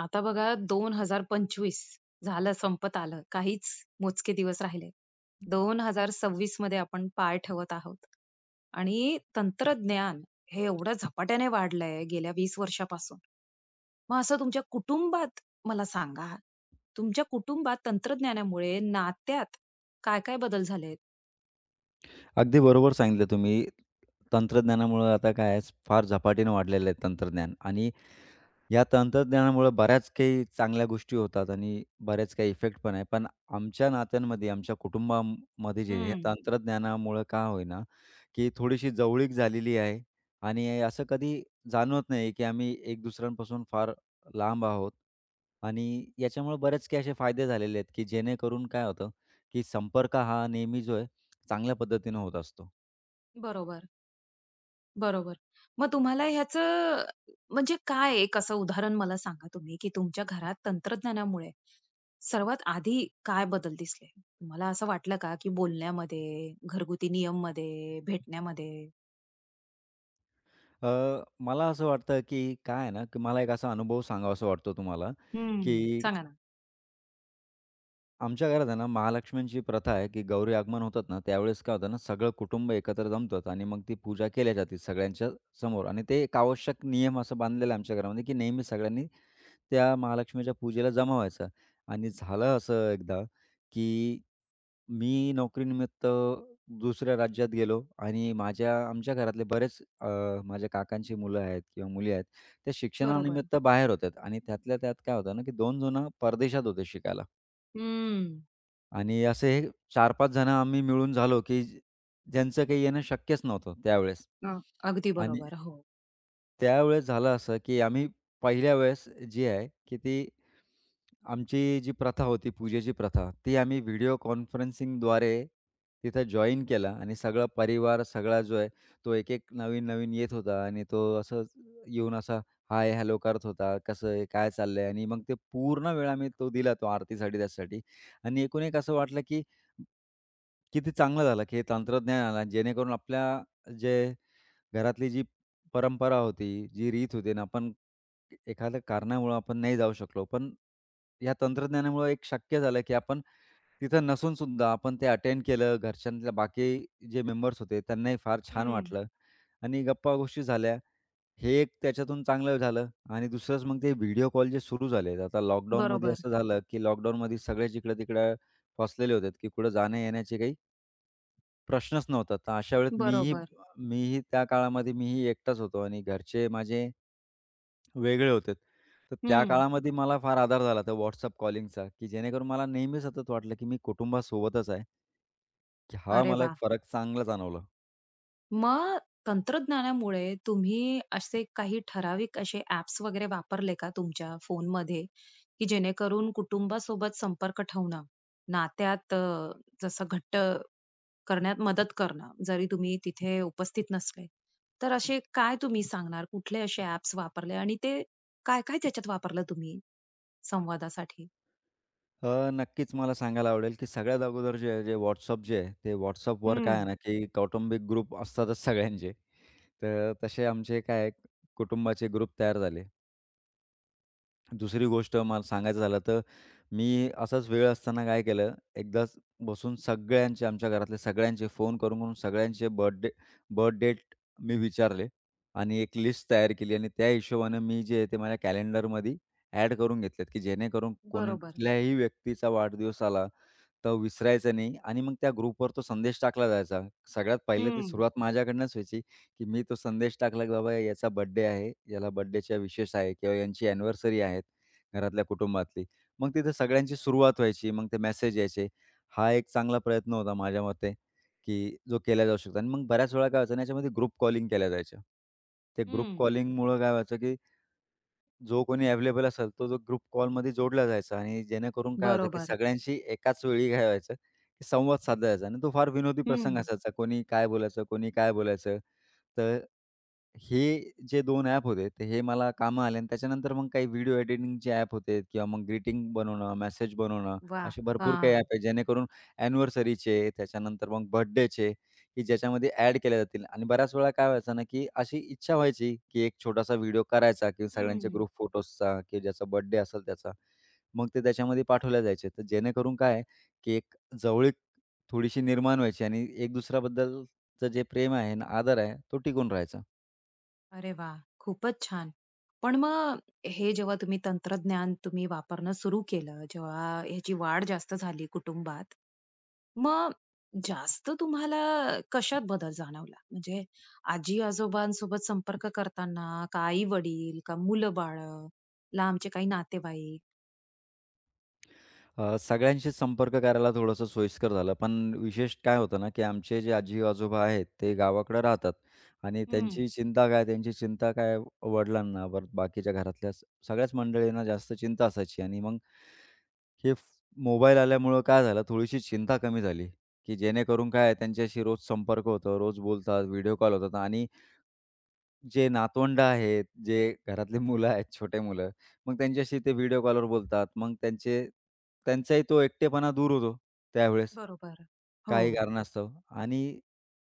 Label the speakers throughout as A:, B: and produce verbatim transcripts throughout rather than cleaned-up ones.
A: आता बघा दोन हजार पंचवीस झालं संपत आलं. काहीच मोजके दिवस राहिले. दोन हजार सव्वीस मध्ये आपण पाय ठेवत आहोत आणि तंत्रज्ञान हे एवढं झपाट्याने वाढलंय गेल्या वीस वर्षापासून. मग असं तुमच्या कुटुंबात मला सांगा, तुमच्या कुटुंबात तंत्रज्ञानामुळे नात्यात काय-काय बदल झालेत?
B: अगदी बरोबर सांगितलं तुम्ही. तंत्रज्ञानामुळं आता काय आहे, फार झपाटीनं वाढलेलं आहे तंत्रज्ञान आणि या तंत्रज्ञानामुळं बऱ्याच काही चांगल्या गोष्टी होतात आणि बऱ्याच काही इफेक्ट पण आहे. पण आमच्या नात्यांमध्ये, आमच्या कुटुंबामध्ये जे हे
A: हं,
B: तंत्रज्ञानामुळं का होईना, की थोडीशी जवळीक झालेली आहे आणि असं कधी जाणवत नाही, की आम्ही एक दुसऱ्यांपासून फार लांब आहोत आणि याच्यामुळे बरेच काही असे फायदे झालेले आहेत, की जेणेकरून काय होतं, की संपर्क हा नेहमी जो आहे, चांगल्या पद्धतीनं होत असतो.
A: बरोबर. बरोबर. मग तुम्हाला ह्याचं म्हणजे काय एक असं उदाहरण मला सांगा तुम्ही, की तुमच्या घरात तंत्रज्ञानामुळे सर्वात आधी काय बदल दिसले? तुम्हाला असं वाटलं का, की बोलण्यामध्ये, घरगुती नियम नियममध्ये, भेटण्यामध्ये?
B: अ, मला असं वाटतं, की काय आहे ना, की मला एक असा अनुभव सांगावासा वाटतो तुम्हाला,
A: हं.
B: की
A: सांगा ना.
B: आमच्या घरात आहे ना, महालक्ष्मींची प्रथा आहे, की गौरी आगमन होतात ना, त्यावेळेस काय होतं ना, सगळं कुटुंब एकत्र जमतात आणि मग ती पूजा केल्या जाते सगळ्यांच्या समोर आणि ते एक आवश्यक नियम असं बांधलेला आहे आमच्या घरामध्ये, की नेहमी सगळ्यांनी त्या महालक्ष्मीच्या पूजेला जमा व्हायचा आणि झालं असं एकदा, की मी नोकरीनिमित्त दुसऱ्या राज्यात गेलो आणि माझ्या आमच्या घरातले बरेच अ, माझ्या काकांची मुलं आहेत किंवा मुली आहेत, त्या
A: बरोबर.
B: शिक्षणानिमित्त बाहेर होत्या आणि त्यातल्या त्यात काय होतं ना, की दोन जण परदेशात होते शिकायला.
A: हं.
B: आणि असे हे चार पाच जण आम्ही मिळून झालो, की ज्यांचं काही येणं शक्यच नव्हतं त्यावेळेस.
A: हां. अगदी
B: आणि
A: बरोबर. हो.
B: त्यावेळेस झालं असं, की आम्ही पहिल्या वेळेस जी आहे, की ती आमची जी प्रथा होती पूजेची प्रथा, ती आम्ही व्हिडिओ कॉन्फरन्सिंगद्वारे तिथं जॉईन केला आणि सगळा परिवार सगळा जो आहे, तो एक-एक नवीन-नवीन येत होता आणि तो असंच येऊन असा हाय हॅलो करत होता. कसं आहे? काय चाललंय? आणि मग ते पूर्ण वेळ आम्ही तो दिला तो आरतीसाठी त्यासाठी. आणि एकूण एक असं वाटलं की किती चांगलं झालं की हे तंत्रज्ञान आलं जेणेकरून आपल्या जे घरातली जी परंपरा होती, जी रीत होती ना आपण एखाद्या कारणामुळं आपण नाही जाऊ शकलो. पण या तंत्रज्ञानामुळे एक शक्य झालं की आपण तिथं नसून सुद्धा आपण ते अटेंड केलं. घरच्यांतल्या बाकी जे मेंबर्स होते त्यांनाही फार छान
A: हं.
B: वाटलं आणि गप्पा गोष्टी झाल्या. हे एक त्याच्यातून चांगलं झालं आणि दुसरंच मग ते व्हिडिओ कॉल जे सुरू झालेत. आता लॉकडाऊनमध्ये
A: बरोबर,
B: असं झालं, की लॉकडाऊनमध्ये सगळेच इकडं-तिकडं फसलेले होते, की कुठं जाण्या-येण्याचे काही प्रश्नच नव्हता. तर अशा वेळेत मीही
A: बरोबर.
B: मीही त्या काळामध्ये मीही एकटाच होतो आणि घरचे माझे वेगळे होते. तर त्या
A: हं.
B: काळामध्ये मला फार आधार झाला त्या WhatsApp कॉलिंगचा, की जेणेकरून मला नेहमी सतत वाटलं, की मी कुटुंबासोबतच आहे. की हा
A: अरे
B: मला एक
A: वाह!
B: फरक चांगला जाणवला.
A: मग तंत्रज्ञानामुळे तुम्ही असे काही ठराविक असे ॲप्स वगैरे वापरले का तुमच्या फोनमध्ये, की जेणेकरून कुटुंबासोबत संपर्क ठेवणं, नात्यात अ, जसं घट्ट करण्यात मदत करणं, जरी तुम्ही तिथे उपस्थित नसले. तर असे काय तुम्ही सांगणार? कुठले असे ॲप्स वापरले आणि ते काय-काय त्याच्यात वापरलं तुम्ही संवादासाठी?
B: अ, नक्कीच मला सांगायला आवडेल, की सगळ्यात अगोदर जे आहे, जे WhatsApp जे आहे, ते WhatsAppवर काय
A: हं.
B: आहे ना, की कौटुंबिक ग्रुप असतातच सगळ्यांचे. तर तसे आमचे काय आहे, कुटुंबाचे ग्रुप तयार झाले. दुसरी गोष्ट मला सांगायचं झालं तर मी असाच वेळ असताना काय केलं, एकदाच बसून सगळ्यांचे, आमच्या घरातले सगळ्यांचे फोन करून, करून सगळ्यांचे बर्थडे बर्थ डेट मी विचारले आणि एक लिस्ट तयार केली आणि त्या हिशोबाने मी जे आहे ते माझ्या कॅलेंडरमध्ये ॲड करून घेतलेत, की जेणेकरून
A: बरोबर.
B: कोणत्याही व्यक्तीचा वाढदिवस आला तर विसरायचं नाही आणि मग त्या ग्रुपवर तो संदेश टाकला जायचा. सगळ्यात पहिलं ती
A: हं,
B: सुरुवात माझ्याकडनंच व्हायची, की मी तो संदेश टाकला, की बाबा याचा बर्थडे आहे, याला बर्थडेच्या विशेष आहे किंवा यांची अॅनिव्हर्सरी आहे घरातल्या कुटुंबातली. मग तिथे सगळ्यांची सुरुवात व्हायची. मग ते मेसेज यायचे. हा एक चांगला प्रयत्न होता माझ्या मते, की जो केला जाऊ शकतो आणि मग बऱ्याच वेळा काय व्हायचं ना, याच्यामध्ये ग्रुप कॉलिंग केल्या जायच्या. ते ग्रुप
A: हं.
B: कॉलिंगमुळं काय व्हायचं, की जो कोणी अवेलेबल असेल, तो जो ग्रुप कॉलमध्ये जोडला जायचा आणि जेणेकरून काय होतं, की
A: बरोबर.
B: सगळ्यांशी एकाच वेळी काय व्हायचं, की संवाद साधायचा आणि तो फार विनोदी प्रसंग
A: हं.
B: असायचा. कोणी काय बोलायचं, कोणी काय बोलायचं. तर हे जे दोन ॲप होते, ते हे मला कामं आले आणि त्याच्यानंतर मग काही व्हिडिओ एडिटिंगचे ॲप होते किंवा मग ग्रीटिंग बनवणं, मेसेज बनवणं,
A: वाह!
B: असे भरपूर काही ॲप
A: हां.
B: आहे, जेणेकरून अॅनिव्हर्सरीचे, त्याच्यानंतर मग बर्थडेचे, की ज्याच्यामध्ये ॲड केल्या जातील आणि बऱ्याच वेळा काय व्हायचं ना, की अशी इच्छा व्हायची, की एक छोटासा व्हिडिओ करायचा किंवा सगळ्यांच्या
A: हं.
B: ग्रुप फोटोजचा किंवा ज्याचा बर्थडे असेल त्याचा. मग ते त्याच्यामध्ये पाठवल्या जायचे. तर जेणेकरून काय आहे, की एक जवळीक थोडीशी निर्माण व्हायची आणि एक दुसऱ्याबद्दलचं जे प्रेम आहे आणि आदर आहे, तो टिकून राहायचा.
A: अरे वा, खूपच छान. पण मग हे जेव्हा तुम्ही तंत्रज्ञान तुम्ही वापरणं सुरू केलं, जेव्हा ह्याची वाढ जास्त झाली कुटुंबात, मग जास्त तुम्हाला कशात बदल जाणवला? म्हणजे आजी-आजोबांसोबत संपर्क करताना का आई-वडील, का मुलं-बाळं, लांबचे काही नातेवाईक?
B: अ, सगळ्यांशीच संपर्क करायला थोडंसं सोयीस्कर झालं. पण विशेष काय होतं ना, की आमचे जे आजी-आजोबा आहेत, ते गावाकडे राहतात आणि
A: हं.
B: त्यांची चिंता काय, त्यांची चिंता काय वडिलांना, परत बाकीच्या घरातल्या स सगळ्याच मंडळींना जास्त चिंता असायची आणि मग हे फ मोबाईल आल्यामुळं काय झालं, थोडीशी चिंता कमी झाली, की जेणेकरून काय त्यांच्याशी रोज संपर्क होतो, रोज बोलतात, व्हिडिओ कॉल होतात आणि जे नातवंड आहेत, जे घरातले मुलं आहेत, छोटे मुलं, मग त्यांच्याशी ते व्हिडिओ कॉलवर बोलतात. मग त्यांचे त्यांचाही तो एकटेपणा दूर होतो त्यावेळेस,
A: बरोबर. हो.
B: काही कारणास्तव. आणि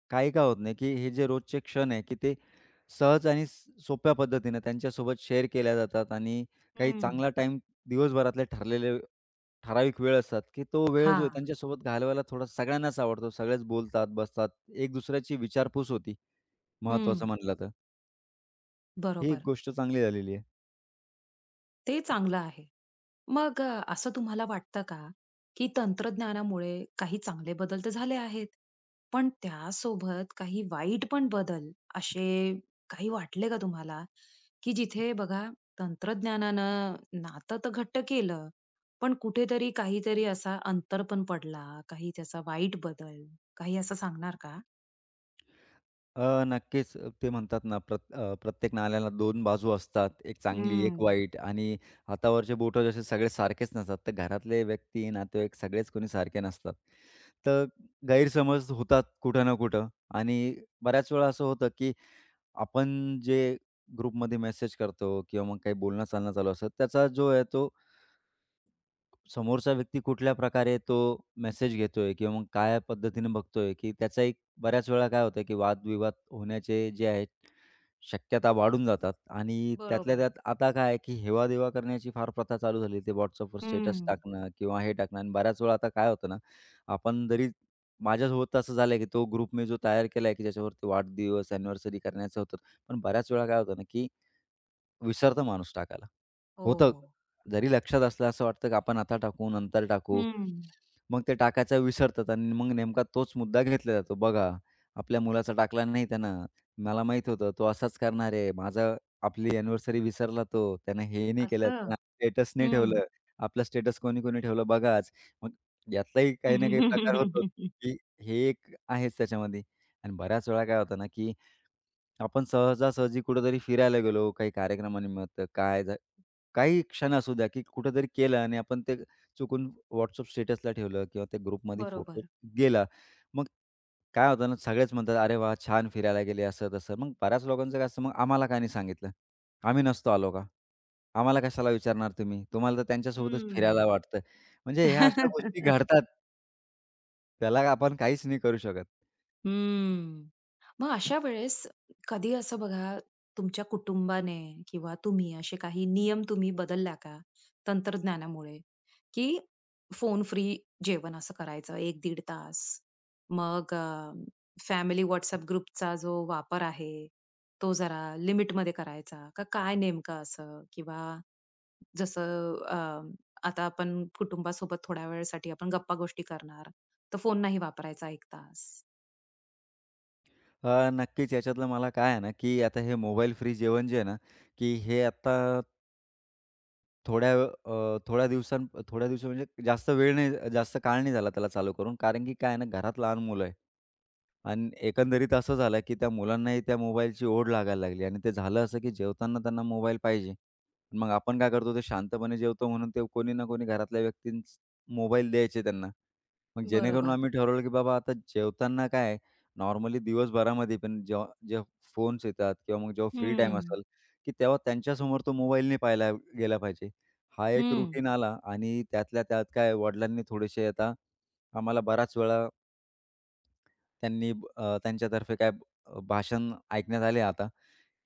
B: काही का होत नाही, की हे जे रोजचे क्षण आहे, की ते सहज आणि स सोप्या पद्धतीनं त्यांच्यासोबत शेअर केल्या जातात आणि काही
A: हं.
B: चांगला टाईम दिवसभरातले ठरलेले ठराविक वेळ असतात, की तो वेळ जो आहे
A: हां.
B: त्यांच्यासोबत घालवायला थोडा सगळ्यांनाच आवडतो. सगळेच बोलतात, बसतात. एक दुसऱ्याची विचारपूस होती,
A: हं.
B: महत्त्वाचं म्हणलं तर. ही एक
A: बरोबर.
B: गोष्ट चांगली झालेली आहे.
A: ते चांगलं आहे. मग अ, असं तुम्हाला वाटतं का, की तंत्रज्ञानामुळे काही चांगले बदल तर झाले आहेत, पण त्यासोबत काही वाईट पण बदल असे काही वाटले का तुम्हाला, की जिथे बघा तंत्रज्ञानानं नातं तर घट्ट केलं, पण कुठेतरी काहीतरी असा अंतर पण पडला, काही त्याचा वाईट बदल, काही असं सांगणार का?
B: अ, नक्कीच अ, ते म्हणतात ना प्रत अ, प्रत्येक नाण्याला दोन बाजू असतात. एक चांगली,
A: हं,
B: एक वाईट आणि हातावरचे बोटं जसे सगळे सारखेच नसतात. तर घरातले व्यक्ती, नातेवाईक सगळेच कोणी सारखे नसतात. तर गैरसमज होतात कुठं ना कुठं आणि बऱ्याच वेळा असं होतं, की आपण जे ग्रुपमध्ये मेसेज करतो किंवा मग काही बोलणं-चालणं चालू असतं, त्याचा जो आहे तो समोरचा व्यक्ती कुठल्या प्रकारे तो मेसेज घेतोय किंवा मग काय पद्धतीने बघतोय, की त्याचा एक बऱ्याच वेळा काय होतं, की वादविवाद होण्याचे जे आहेत, शक्यता वाढून जातात आणि त्यातल्या
A: बरोबर.
B: त्यात आता काय आहे, की हेवा करण्याची फार प्रथा चालू झाली. ते WhatsAppवर स्टेटस
A: हं.
B: टाकणं किंवा हे टाकणं आणि बऱ्याच वेळा आता काय होतं ना, आपण जरी माझ्यासोबत असं झालंय, की तो ग्रुप मी जो तयार केलाय, की ज्याच्यावरती वाढदिवस, अॅनिव्हर्सरी करण्याचं होतं. पण बऱ्याच वेळा काय होतं ना, की विसरतो माणूस टाकायला. होतं.
A: हो.
B: जरी लक्षात असलं असं वाटतं की आपण आता टाकू, नंतर टाकू.
A: हं.
B: मग ते टाकायचं विसरतात आणि मग नेमका तोच मुद्दा घेतला जातो. बघा, आपल्या मुलाचा टाकला नाही त्यानं. मला माहीत होतं तो असाच करणार आहे. माझं आपली अॅनिव्हर्सरी विसरला तो. त्यानं हे नाही केलं,
A: असं?
B: त्यानं स्टेटस नाही
A: हं.
B: ठेवलं. आपला स्टेटस कोणी-कोणी ठेवलं बघाच. मग यातलाही काही ना काही प्रकार होतो, की हे एक आहेच त्याच्यामध्ये. आणि बऱ्याच वेळा काय होतं ना की आपण सहजासहजी कुठेतरी फिरायला गेलो, काही कार्यक्रमानिमित्त, काय झा काही क्षण असू द्या, की कुठेतरी केलं आणि आपण ते चुकून WhatsApp स्टेटसला ठेवलं किंवा त्या ग्रुपमध्ये फोटो
A: बरोबर.
B: गेला. मग काय होतं ना, सगळेच म्हणतात, "अरे वाह! छान फिरायला गेले." असं-तसं. मग बऱ्याच लोकांचं काय असतं, "मग आम्हाला का नाही सांगितलं? आम्ही नसतो आलो का? आम्हाला कशाला विचारणार तुम्ही? तुम्हाला तर त्यांच्यासोबतच फिरायला
A: हम्म.
B: वाटतं." म्हणजे ह्या अशा गोष्टी घडतात. त्याला आपण काहीच नाही करू शकत.
A: हम्म. मग अशा वेळेस कधी असं बघा तुमच्या कुटुंबाने किंवा तुम्ही असे काही नियम तुम्ही बदलला का तंत्रज्ञानामुळे, की फोन फ्री जेवण असं करायचं एक दीड तास, मग फॅमिली व्हॉट्सअप ग्रुपचा जो वापर आहे तो जरा लिमिट मध्ये करायचा का काय नेमकं असं, किंवा जसं अ, आता आपण कुटुंबासोबत थोड्या वेळसाठी आपण गप्पा-गोष्टी करणार, तर फोन नाही वापरायचा एक तास.
B: अ, नक्कीच याच्यातलं मला काय आहे ना, की आता हे मोबाईल फ्री जेवण जे आहे ना, की हे आता थोड्या अ, थोड्या दिवसां थोड्या दिवसा म्हणजे जास्त वेळ नाही, जास्त काळ नाही झाला त्याला चालू करून. कारण की काय आहे ना, घरात लहान मुलं आहे. आणि एकंदरीत असं झालं, की त्या मुलांनाही त्या मोबाईलची ओढ लागायला लागली आणि ते झालं असं, की जेवताना त्यांना मोबाईल पाहिजे. मग आपण काय करतो, ते शांतपणे जेवतो म्हणून ते कोणी ना कोणी घरातल्या व्यक्तींच मोबाईल द्यायचे त्यांना. मग जेणेकरून
A: बरोबर.
B: आम्ही ठरवलं, की बाबा आता जेवताना काय आहे, नॉर्मली दिवसभरामध्ये पण जेव्हा जेव्हा फोन्स येतात किंवा मग जेव्हा फ्री टाईम
A: हं,
B: असेल, की तेव्हा त्यांच्यासमोर तो मोबाईल नाही पाहिला गेला पाहिजे. हा एक
A: हं.
B: रूटीन आला आणि त्यातल्या त्यात काय वडिलांनी थोडेसे आता आम्हाला बराच वेळा त्यांनी ब- अ, त्यांच्यातर्फे काय ब- अ, भाषण ऐकण्यात आले आता,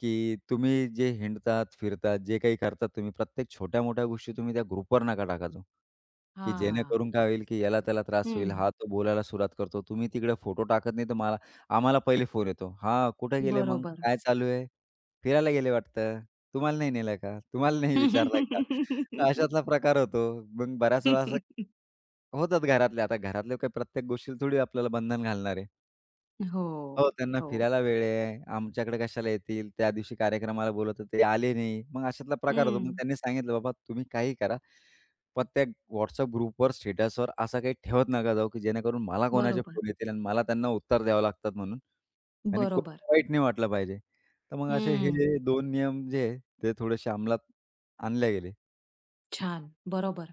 B: की तुम्ही जे हिंडतात, फिरतात, जे काही करतात तुम्ही प्रत्येक छोट्या-मोठ्या गोष्टी तुम्ही त्या ग्रुपवर नका टाका जाऊ, की
A: हां.
B: जेणेकरून काय होईल, की याला त्याला त्रास
A: हं.
B: होईल. हा तो बोलायला सुरुवात करतो. तुम्ही तिकडे फोटो टाकत नाही तर मला आम्हाला पहिले फोन येतो. हां, कुठे गेले मग?
A: बरोबर.
B: काय चालू आहे? फिरायला गेले वाटतं. तुम्हाला नाही नेलं का? तुम्हाला नाही विचारलं का? अशातला प्रकार होतो. मग बऱ्याच वेळा असं होतात घरातले. आता घरातले काही प्रत्येक गोष्टीला थोडी आपल्याला बंधन घालणार आहे.
A: हो,
B: हो, त्यांना
A: हो.
B: फिरायला वेळ आहे. आमच्याकडे कशाला येतील? त्या दिवशी कार्यक्रमाला बोलवतो ते आले नाही. मग अशातला प्रकार होतो. मग
A: हं.
B: त्यांनी सांगितलं, "बाबा तुम्ही काही करा, पण त्या WhatsApp ग्रुपवर, स्टेटसवर असं काही ठेवत नका जाऊ, की जेणेकरून मला कोणाचे
A: बरोबर,
B: फोन येतील आणि मला त्यांना उत्तर द्यावं लागतात म्हणून आणि
A: बरोबर.
B: कोणाला वाईट नाही वाटलं पाहिजे." तर मग असे हे
A: हं.
B: दोन नियम जे आहे, ते थोडेसे अंमलात आणले गेले.
A: छान, बरोबर.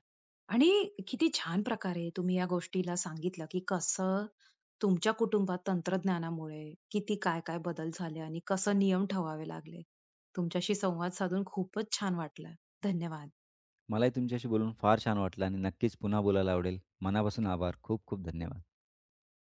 A: आणि किती छान प्रकारे तुम्ही या गोष्टीला सांगितलं, की कसं तुमच्या कुटुंबात तंत्रज्ञानामुळे किती काय-काय बदल झाले आणि कसं नियम ठेवावे लागले. तुमच्याशी संवाद साधून खूपच छान वाटलं. धन्यवाद.
B: मलाही तुमच्याशी बोलून फार छान वाटलं आणि नक्कीच पुन्हा बोलायला आवडेल. मनापासून आभार. खूप खूप धन्यवाद.